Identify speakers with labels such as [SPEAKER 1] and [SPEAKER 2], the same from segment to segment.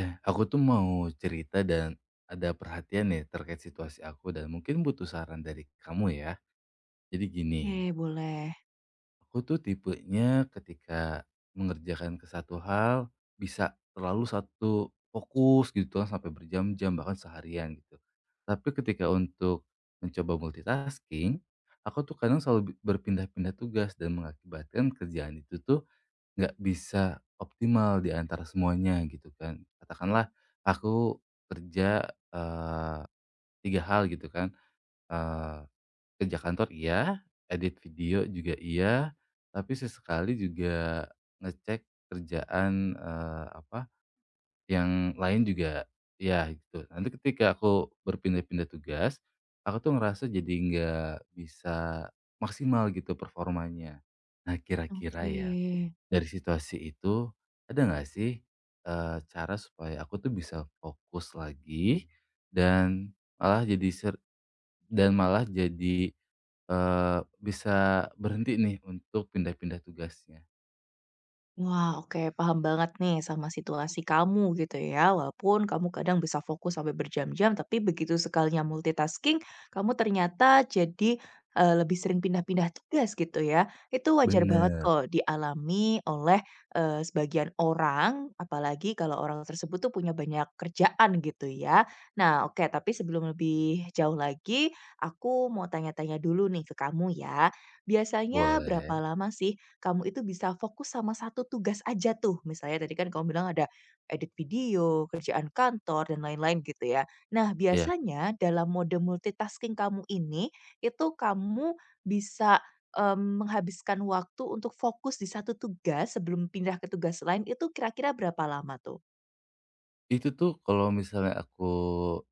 [SPEAKER 1] Eh, aku tuh mau cerita dan ada perhatian nih terkait situasi aku dan mungkin butuh saran dari kamu ya. Jadi gini,
[SPEAKER 2] Oke boleh,
[SPEAKER 1] aku tuh tipenya ketika mengerjakan ke satu hal bisa terlalu satu fokus gitu kan sampai berjam-jam bahkan seharian gitu. Tapi ketika untuk mencoba multitasking, aku tuh kadang selalu berpindah-pindah tugas dan mengakibatkan kerjaan itu tuh nggak bisa optimal di antara semuanya gitu kan. Katakanlah aku kerja, tiga hal gitu kan, eee, kerja kantor iya, edit video juga iya, tapi sesekali juga ngecek kerjaan, apa, yang lain juga ya gitu. Nanti ketika aku berpindah-pindah tugas, aku tuh ngerasa jadi nggak bisa maksimal gitu performanya. Nah kira-kira
[SPEAKER 2] oke.
[SPEAKER 1] ya dari situasi itu, ada nggak sih, cara supaya aku tuh bisa fokus lagi dan malah jadi ser dan malah jadi, bisa berhenti nih untuk pindah-pindah tugasnya?
[SPEAKER 2] Wah, oke, paham banget nih sama situasi kamu gitu ya. Walaupun kamu kadang bisa fokus sampai berjam-jam, tapi begitu sekalinya multitasking, kamu ternyata jadi lebih sering pindah-pindah tugas gitu ya. Itu wajar banget
[SPEAKER 1] Bener,
[SPEAKER 2] kok dialami oleh sebagian orang, apalagi kalau orang tersebut tuh punya banyak kerjaan gitu ya. Nah, oke, tapi sebelum lebih jauh lagi, aku mau tanya-tanya dulu nih ke kamu ya. Biasanya
[SPEAKER 1] boleh.
[SPEAKER 2] berapa lama sih kamu itu bisa fokus sama satu tugas aja tuh. Misalnya tadi kan kamu bilang ada edit video, kerjaan kantor, dan lain-lain gitu ya. Nah,
[SPEAKER 1] Ya.
[SPEAKER 2] biasanya dalam mode multitasking kamu ini, itu kamu bisa menghabiskan waktu untuk fokus di satu tugas sebelum pindah ke tugas lain, itu kira-kira berapa lama tuh?
[SPEAKER 1] Itu tuh kalau misalnya aku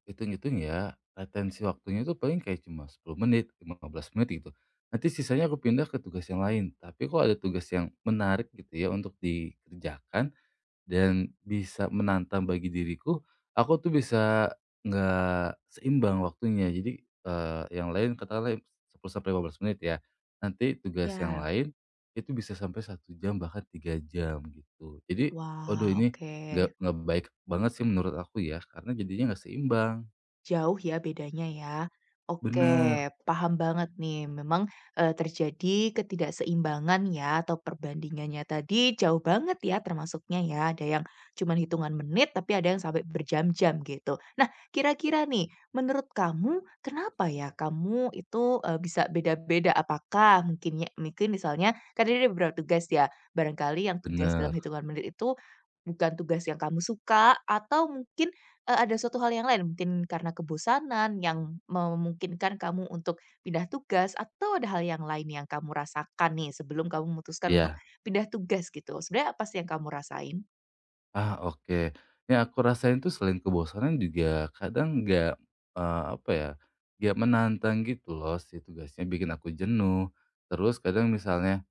[SPEAKER 1] hitung-hitung ya, retensi waktunya itu paling kayak cuma 10 menit, 15 menit gitu. Nanti sisanya aku pindah ke tugas yang lain. Tapi kalau ada tugas yang menarik gitu ya untuk dikerjakan, dan bisa menantang bagi diriku, aku tuh bisa nggak seimbang waktunya. Jadi, yang lain katakanlah 10-15 menit ya, nanti tugas yang
[SPEAKER 2] Ya.
[SPEAKER 1] lain itu bisa sampai 1 jam bahkan 3 jam gitu. Jadi, waduh
[SPEAKER 2] Wah,
[SPEAKER 1] ini
[SPEAKER 2] oke.
[SPEAKER 1] nggak baik banget sih menurut aku ya, karena jadinya nggak seimbang.
[SPEAKER 2] Jauh ya bedanya ya.
[SPEAKER 1] Bener
[SPEAKER 2] Oke, paham banget nih. Memang terjadi ketidakseimbangan ya atau perbandingannya tadi jauh banget ya termasuknya ya. Ada yang cuman hitungan menit tapi ada yang sampai berjam-jam gitu. Nah, kira-kira nih menurut kamu kenapa ya kamu itu bisa beda-beda? Apakah mungkin mungkin misalnya kan ada beberapa tugas ya. Barangkali yang tugas dalam
[SPEAKER 1] bener,
[SPEAKER 2] hitungan menit itu bukan tugas yang kamu suka atau mungkin ada suatu hal yang lain, mungkin karena kebosanan yang memungkinkan kamu untuk pindah tugas atau ada hal yang lain yang kamu rasakan nih sebelum kamu memutuskan untuk
[SPEAKER 1] ya.
[SPEAKER 2] pindah tugas gitu? Sebenarnya apa sih yang kamu rasain?
[SPEAKER 1] Ah, oke. Yang aku rasain tuh selain kebosanan juga kadang nggak, apa ya, nggak menantang gitu loh si tugasnya, bikin aku jenuh. Terus kadang misalnya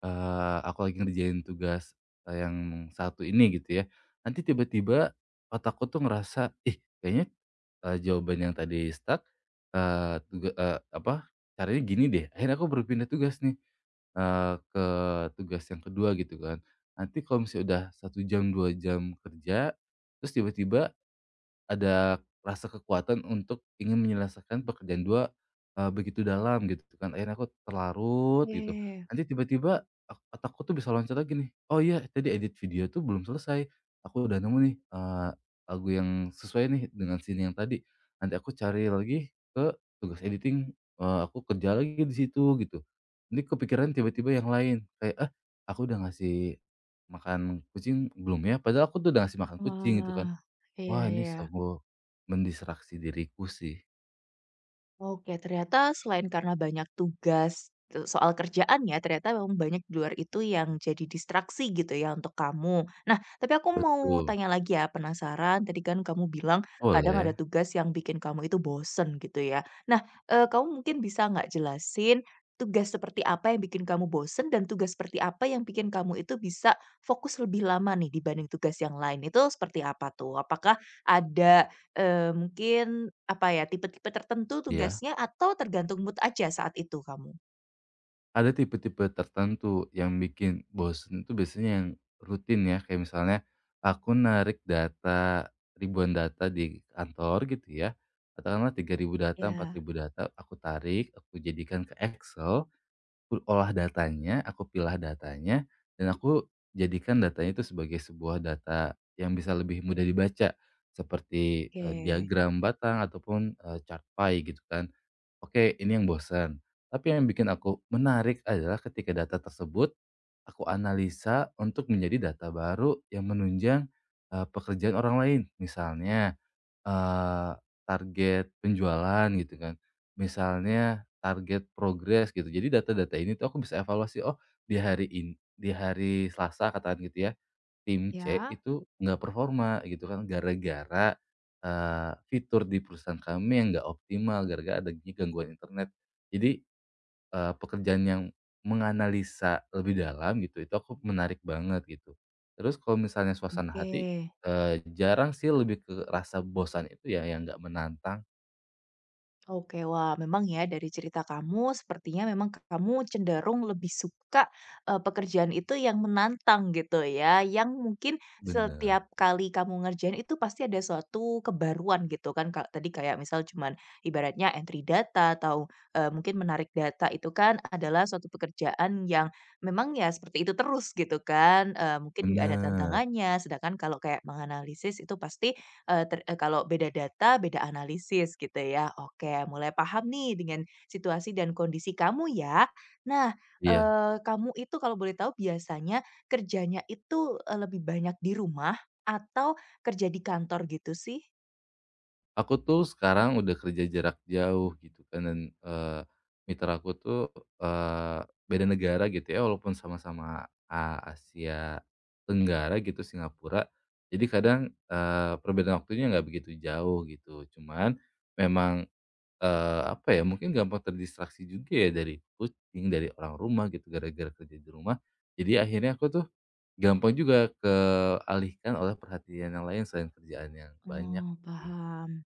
[SPEAKER 1] Aku lagi ngerjain tugas, yang satu ini gitu ya, nanti tiba-tiba otakku tuh ngerasa, "Ih kayaknya, jawaban yang tadi stuck, apa, caranya gini deh." Akhirnya aku berpindah tugas nih, ke tugas yang kedua gitu kan. Nanti kalau misalnya udah 1 jam, 2 jam kerja, terus tiba-tiba ada rasa kekuatan untuk ingin menyelesaikan pekerjaan 2 begitu dalam gitu kan. Akhirnya aku terlarut gitu.
[SPEAKER 2] Oke.
[SPEAKER 1] Nanti tiba-tiba otakku tuh bisa loncat lagi nih, "Oh iya tadi edit video tuh belum selesai. Aku udah nemu nih, lagu yang sesuai nih dengan scene yang tadi." Nanti aku cari lagi ke tugas editing, aku kerja lagi di situ gitu. Nanti kepikiran tiba-tiba yang lain, kayak, "Ah, aku udah ngasih makan kucing belum ya?" Padahal aku tuh udah ngasih makan kucing gitu kan.
[SPEAKER 2] Wah, iya
[SPEAKER 1] Wah, ini
[SPEAKER 2] iya.
[SPEAKER 1] sungguh mendistraksi diriku sih.
[SPEAKER 2] Oke, ternyata selain karena banyak tugas soal kerjaan ya, ternyata memang banyak di luar itu yang jadi distraksi gitu ya untuk kamu. Nah, tapi aku mau
[SPEAKER 1] Betul,
[SPEAKER 2] tanya lagi ya, penasaran, tadi kan kamu bilang kadang ada
[SPEAKER 1] boleh,
[SPEAKER 2] tugas yang bikin kamu itu bosen gitu ya. Nah, kamu mungkin bisa nggak jelasin tugas seperti apa yang bikin kamu bosen dan tugas seperti apa yang bikin kamu itu bisa fokus lebih lama nih dibanding tugas yang lain, itu seperti apa tuh? Apakah ada mungkin apa ya, tipe-tipe tertentu
[SPEAKER 1] iya.
[SPEAKER 2] tugasnya atau tergantung mood aja saat itu kamu?
[SPEAKER 1] Ada tipe-tipe tertentu yang bikin bosen itu biasanya yang rutin ya, kayak misalnya aku narik data, ribuan data di kantor gitu ya, katakanlah tiga ribu data, empat
[SPEAKER 2] Ya,
[SPEAKER 1] ribu data, aku tarik, aku jadikan ke Excel. Aku olah datanya, aku pilah datanya, dan aku jadikan datanya itu sebagai sebuah data yang bisa lebih mudah dibaca, seperti,
[SPEAKER 2] oke.
[SPEAKER 1] diagram batang ataupun, chart pie gitu kan. Oke, ini yang bosan. Tapi yang bikin aku menarik adalah ketika data tersebut aku analisa untuk menjadi data baru yang menunjang, pekerjaan orang lain. Misalnya Eee, target penjualan gitu kan, misalnya target progres gitu. Jadi data-data ini tuh aku bisa evaluasi, oh di hari ini, di hari Selasa katakan gitu ya, tim C
[SPEAKER 2] Ya?
[SPEAKER 1] itu nggak performa gitu kan gara-gara, fitur di perusahaan kami yang nggak optimal, gara-gara adanya gangguan internet. Jadi pekerjaan yang menganalisa lebih dalam gitu, itu aku menarik banget gitu. Terus kalau misalnya suasana
[SPEAKER 2] Oke.
[SPEAKER 1] hati, jarang sih lebih ke rasa bosan itu ya yang nggak menantang.
[SPEAKER 2] Oke, wah memang ya dari cerita kamu sepertinya memang kamu cenderung lebih suka, pekerjaan itu yang menantang gitu ya, yang mungkin
[SPEAKER 1] Bener
[SPEAKER 2] setiap kali kamu ngerjain itu pasti ada suatu kebaruan gitu kan, kalau tadi kayak misal cuman ibaratnya entry data atau, mungkin menarik data itu kan adalah suatu pekerjaan yang memang ya seperti itu terus gitu kan, mungkin nggak ada
[SPEAKER 1] bener,
[SPEAKER 2] tantangannya. Sedangkan kalau kayak menganalisis itu pasti kalau beda data, beda analisis gitu ya. Oke, mulai paham nih dengan situasi dan kondisi kamu ya. Nah,
[SPEAKER 1] iya.
[SPEAKER 2] kamu itu kalau boleh tahu biasanya kerjanya itu, lebih banyak di rumah atau kerja di kantor gitu sih?
[SPEAKER 1] Aku tuh sekarang udah kerja jarak jauh gitu kan dan, mitra aku tuh, beda negara gitu ya walaupun sama-sama, Asia Tenggara gitu Singapura. Jadi kadang, perbedaan waktunya nggak begitu jauh gitu. Cuman memang, apa ya, mungkin gampang terdistraksi juga ya dari kucing, dari orang rumah gitu gara-gara kerja di rumah. Jadi akhirnya aku tuh gampang juga kealihkan oleh perhatian yang lain selain kerjaan yang banyak
[SPEAKER 2] Oh,
[SPEAKER 1] gitu ya.
[SPEAKER 2] paham.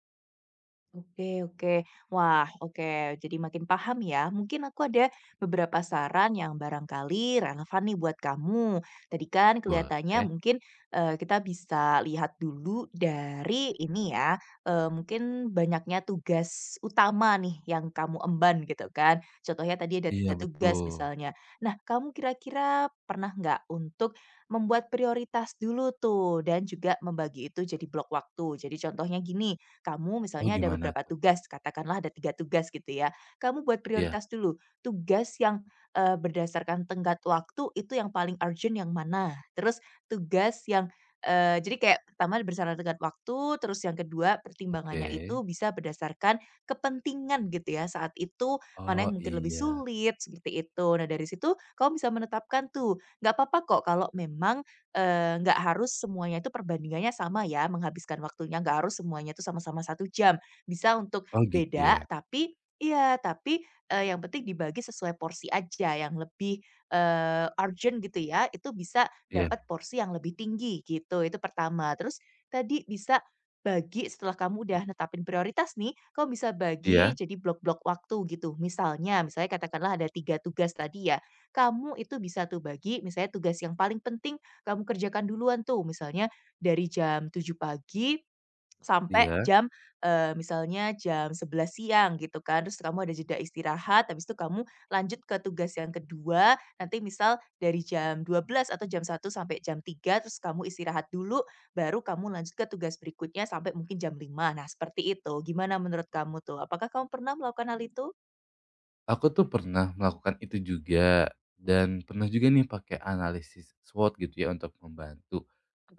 [SPEAKER 2] Oke oke. Wah, oke, jadi makin paham ya. Mungkin aku ada beberapa saran yang barangkali relevan nih buat kamu. Tadi kan kelihatannya
[SPEAKER 1] Boleh.
[SPEAKER 2] mungkin, kita bisa lihat dulu dari ini ya, mungkin banyaknya tugas utama nih yang kamu emban gitu kan. Contohnya tadi ada
[SPEAKER 1] Iya
[SPEAKER 2] tiga tugas
[SPEAKER 1] betul.
[SPEAKER 2] misalnya. Nah, kamu kira-kira pernah nggak untuk membuat prioritas dulu tuh dan juga membagi itu jadi blok waktu. Jadi contohnya gini, kamu
[SPEAKER 1] Oh
[SPEAKER 2] misalnya ada
[SPEAKER 1] gimana
[SPEAKER 2] beberapa
[SPEAKER 1] tuh?
[SPEAKER 2] tugas, katakanlah ada 3 tugas gitu ya. Kamu buat
[SPEAKER 1] Iya,
[SPEAKER 2] prioritas dulu, tugas yang, berdasarkan tenggat waktu itu yang paling urgent yang mana, terus tugas yang, jadi kayak pertama berdasarkan tenggat waktu, terus yang kedua pertimbangannya itu
[SPEAKER 1] oke.
[SPEAKER 2] bisa berdasarkan kepentingan gitu ya saat itu, mana
[SPEAKER 1] Oh
[SPEAKER 2] yang mungkin lebih
[SPEAKER 1] iya.
[SPEAKER 2] sulit, seperti itu. Nah dari situ kamu bisa menetapkan tuh, nggak apa-apa kok kalau memang, nggak harus semuanya itu perbandingannya sama ya, menghabiskan waktunya, nggak harus semuanya itu sama-sama 1 jam. Bisa untuk
[SPEAKER 1] Oh gitu ya?
[SPEAKER 2] beda, tapi iya, tapi, yang penting dibagi sesuai porsi aja, yang lebih, urgent gitu ya, itu bisa
[SPEAKER 1] Iya
[SPEAKER 2] dapat porsi yang lebih tinggi, gitu. Itu pertama. Terus tadi bisa bagi setelah kamu udah netapin prioritas nih, kamu bisa bagi
[SPEAKER 1] iya
[SPEAKER 2] jadi blok-blok waktu gitu. Misalnya misalnya katakanlah ada 3 tugas tadi ya, kamu itu bisa tuh bagi misalnya tugas yang paling penting kamu kerjakan duluan tuh misalnya dari jam 7 pagi sampai
[SPEAKER 1] iya.
[SPEAKER 2] jam, misalnya jam 11 siang gitu kan. Terus kamu ada jeda istirahat, habis itu kamu lanjut ke tugas yang kedua nanti misal dari jam 12 atau jam 1 sampai jam 3 terus kamu istirahat dulu, baru kamu lanjut ke tugas berikutnya sampai mungkin jam 5. Nah seperti itu, gimana menurut kamu tuh? Apakah kamu pernah melakukan hal itu?
[SPEAKER 1] Aku tuh pernah melakukan itu juga, dan pernah juga nih pakai analisis SWOT gitu ya untuk membantu,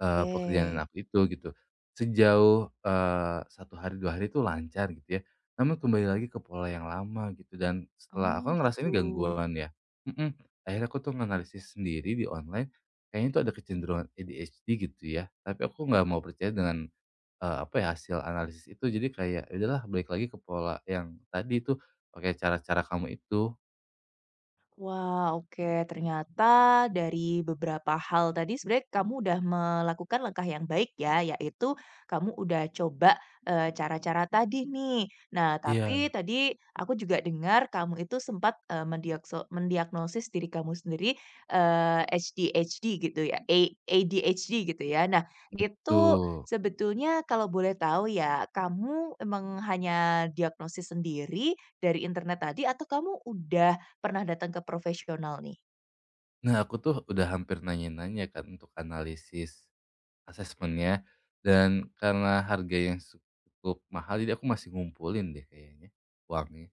[SPEAKER 1] pekerjaan aku itu gitu. Sejauh, 1 hari 2 hari itu lancar gitu ya, namun kembali lagi ke pola yang lama gitu dan setelah
[SPEAKER 2] Oh
[SPEAKER 1] aku kan ngerasa
[SPEAKER 2] gitu.
[SPEAKER 1] ini gangguan ya. Mhm, akhirnya aku tuh menganalisis sendiri di online, kayaknya itu ada kecenderungan ADHD gitu ya, tapi aku nggak mau percaya dengan apa ya, hasil analisis itu jadi kayak, ya udahlah balik lagi ke pola yang tadi itu pakai cara-cara kamu itu.
[SPEAKER 2] Wah, oke. Ternyata dari beberapa hal tadi sebenarnya kamu udah melakukan langkah yang baik ya, yaitu kamu udah coba, cara-cara tadi nih. Nah, tapi
[SPEAKER 1] Iya.
[SPEAKER 2] tadi aku juga dengar kamu itu sempat, mendiagnosis diri kamu sendiri, ADHD gitu ya, ADHD gitu ya. Nah, itu
[SPEAKER 1] Tuh.
[SPEAKER 2] sebetulnya kalau boleh tahu ya, kamu emang hanya diagnosis sendiri dari internet tadi atau kamu udah pernah datang ke profesional nih.
[SPEAKER 1] Nah, aku tuh udah hampir nanya-nanya kan untuk analisis asesmennya, dan karena harga yang cukup mahal, jadi aku masih ngumpulin deh kayaknya uangnya.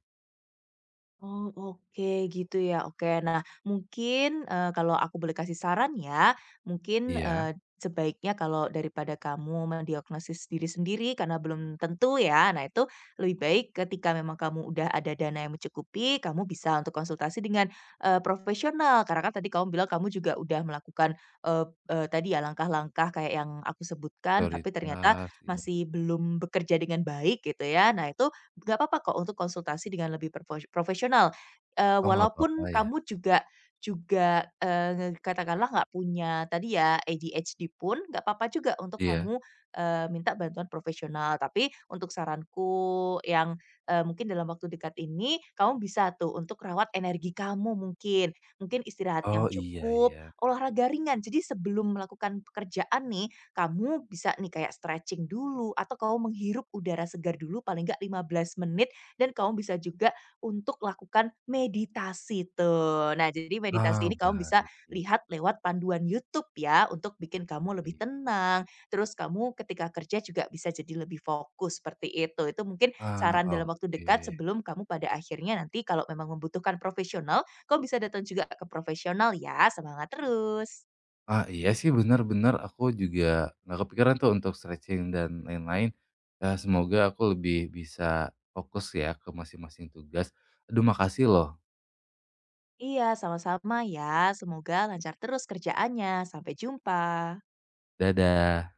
[SPEAKER 2] Oh, oke gitu ya. Oke. Nah, mungkin, kalau aku boleh kasih saran ya, mungkin,
[SPEAKER 1] Iya.
[SPEAKER 2] sebaiknya kalau daripada kamu mendiagnosis diri sendiri karena belum tentu ya, nah itu lebih baik ketika memang kamu udah ada dana yang mencukupi, kamu bisa untuk konsultasi dengan, profesional. Karena kan tadi kamu bilang kamu juga udah melakukan, eee eee, tadi ya langkah-langkah kayak yang aku sebutkan, tapi ternyata
[SPEAKER 1] Prioritas, iya.
[SPEAKER 2] masih belum bekerja dengan baik gitu ya. Nah, itu nggak apa-apa kok untuk konsultasi dengan lebih profesional,
[SPEAKER 1] Oh, nggak apa-apa
[SPEAKER 2] walaupun
[SPEAKER 1] ya?
[SPEAKER 2] kamu juga juga, katakanlah nggak punya tadi ya ADHD pun nggak apa-apa juga untuk
[SPEAKER 1] Iya.
[SPEAKER 2] kamu, minta bantuan profesional. Tapi untuk saranku yang, mungkin dalam waktu dekat ini kamu bisa tuh untuk rawat energi kamu mungkin. Mungkin istirahat
[SPEAKER 1] Oh,
[SPEAKER 2] yang
[SPEAKER 1] iya
[SPEAKER 2] cukup,
[SPEAKER 1] ya.
[SPEAKER 2] olahraga ringan. Jadi sebelum melakukan pekerjaan nih, kamu bisa nih kayak stretching dulu atau kamu menghirup udara segar dulu paling nggak 15 menit dan kamu bisa juga untuk lakukan meditasi tuh. Nah, jadi meditasi
[SPEAKER 1] Ah,
[SPEAKER 2] ini kamu bisa
[SPEAKER 1] baik.
[SPEAKER 2] lihat lewat panduan YouTube ya untuk bikin kamu lebih tenang. Terus kamu ketika kerja juga bisa jadi lebih fokus seperti itu. Itu mungkin
[SPEAKER 1] Ah,
[SPEAKER 2] saran dalam waktu dekat
[SPEAKER 1] oke.
[SPEAKER 2] sebelum kamu pada akhirnya nanti kalau memang membutuhkan profesional, kamu bisa datang juga ke profesional ya. Semangat terus.
[SPEAKER 1] Ah, iya sih bener bener, aku juga nggak kepikiran tuh untuk stretching dan lain-lain. Ya semoga aku lebih bisa fokus ya ke masing-masing tugas. Aduh makasih loh,
[SPEAKER 2] Iya, sama-sama ya. Semoga lancar terus kerjaannya. Sampai jumpa.
[SPEAKER 1] dadah.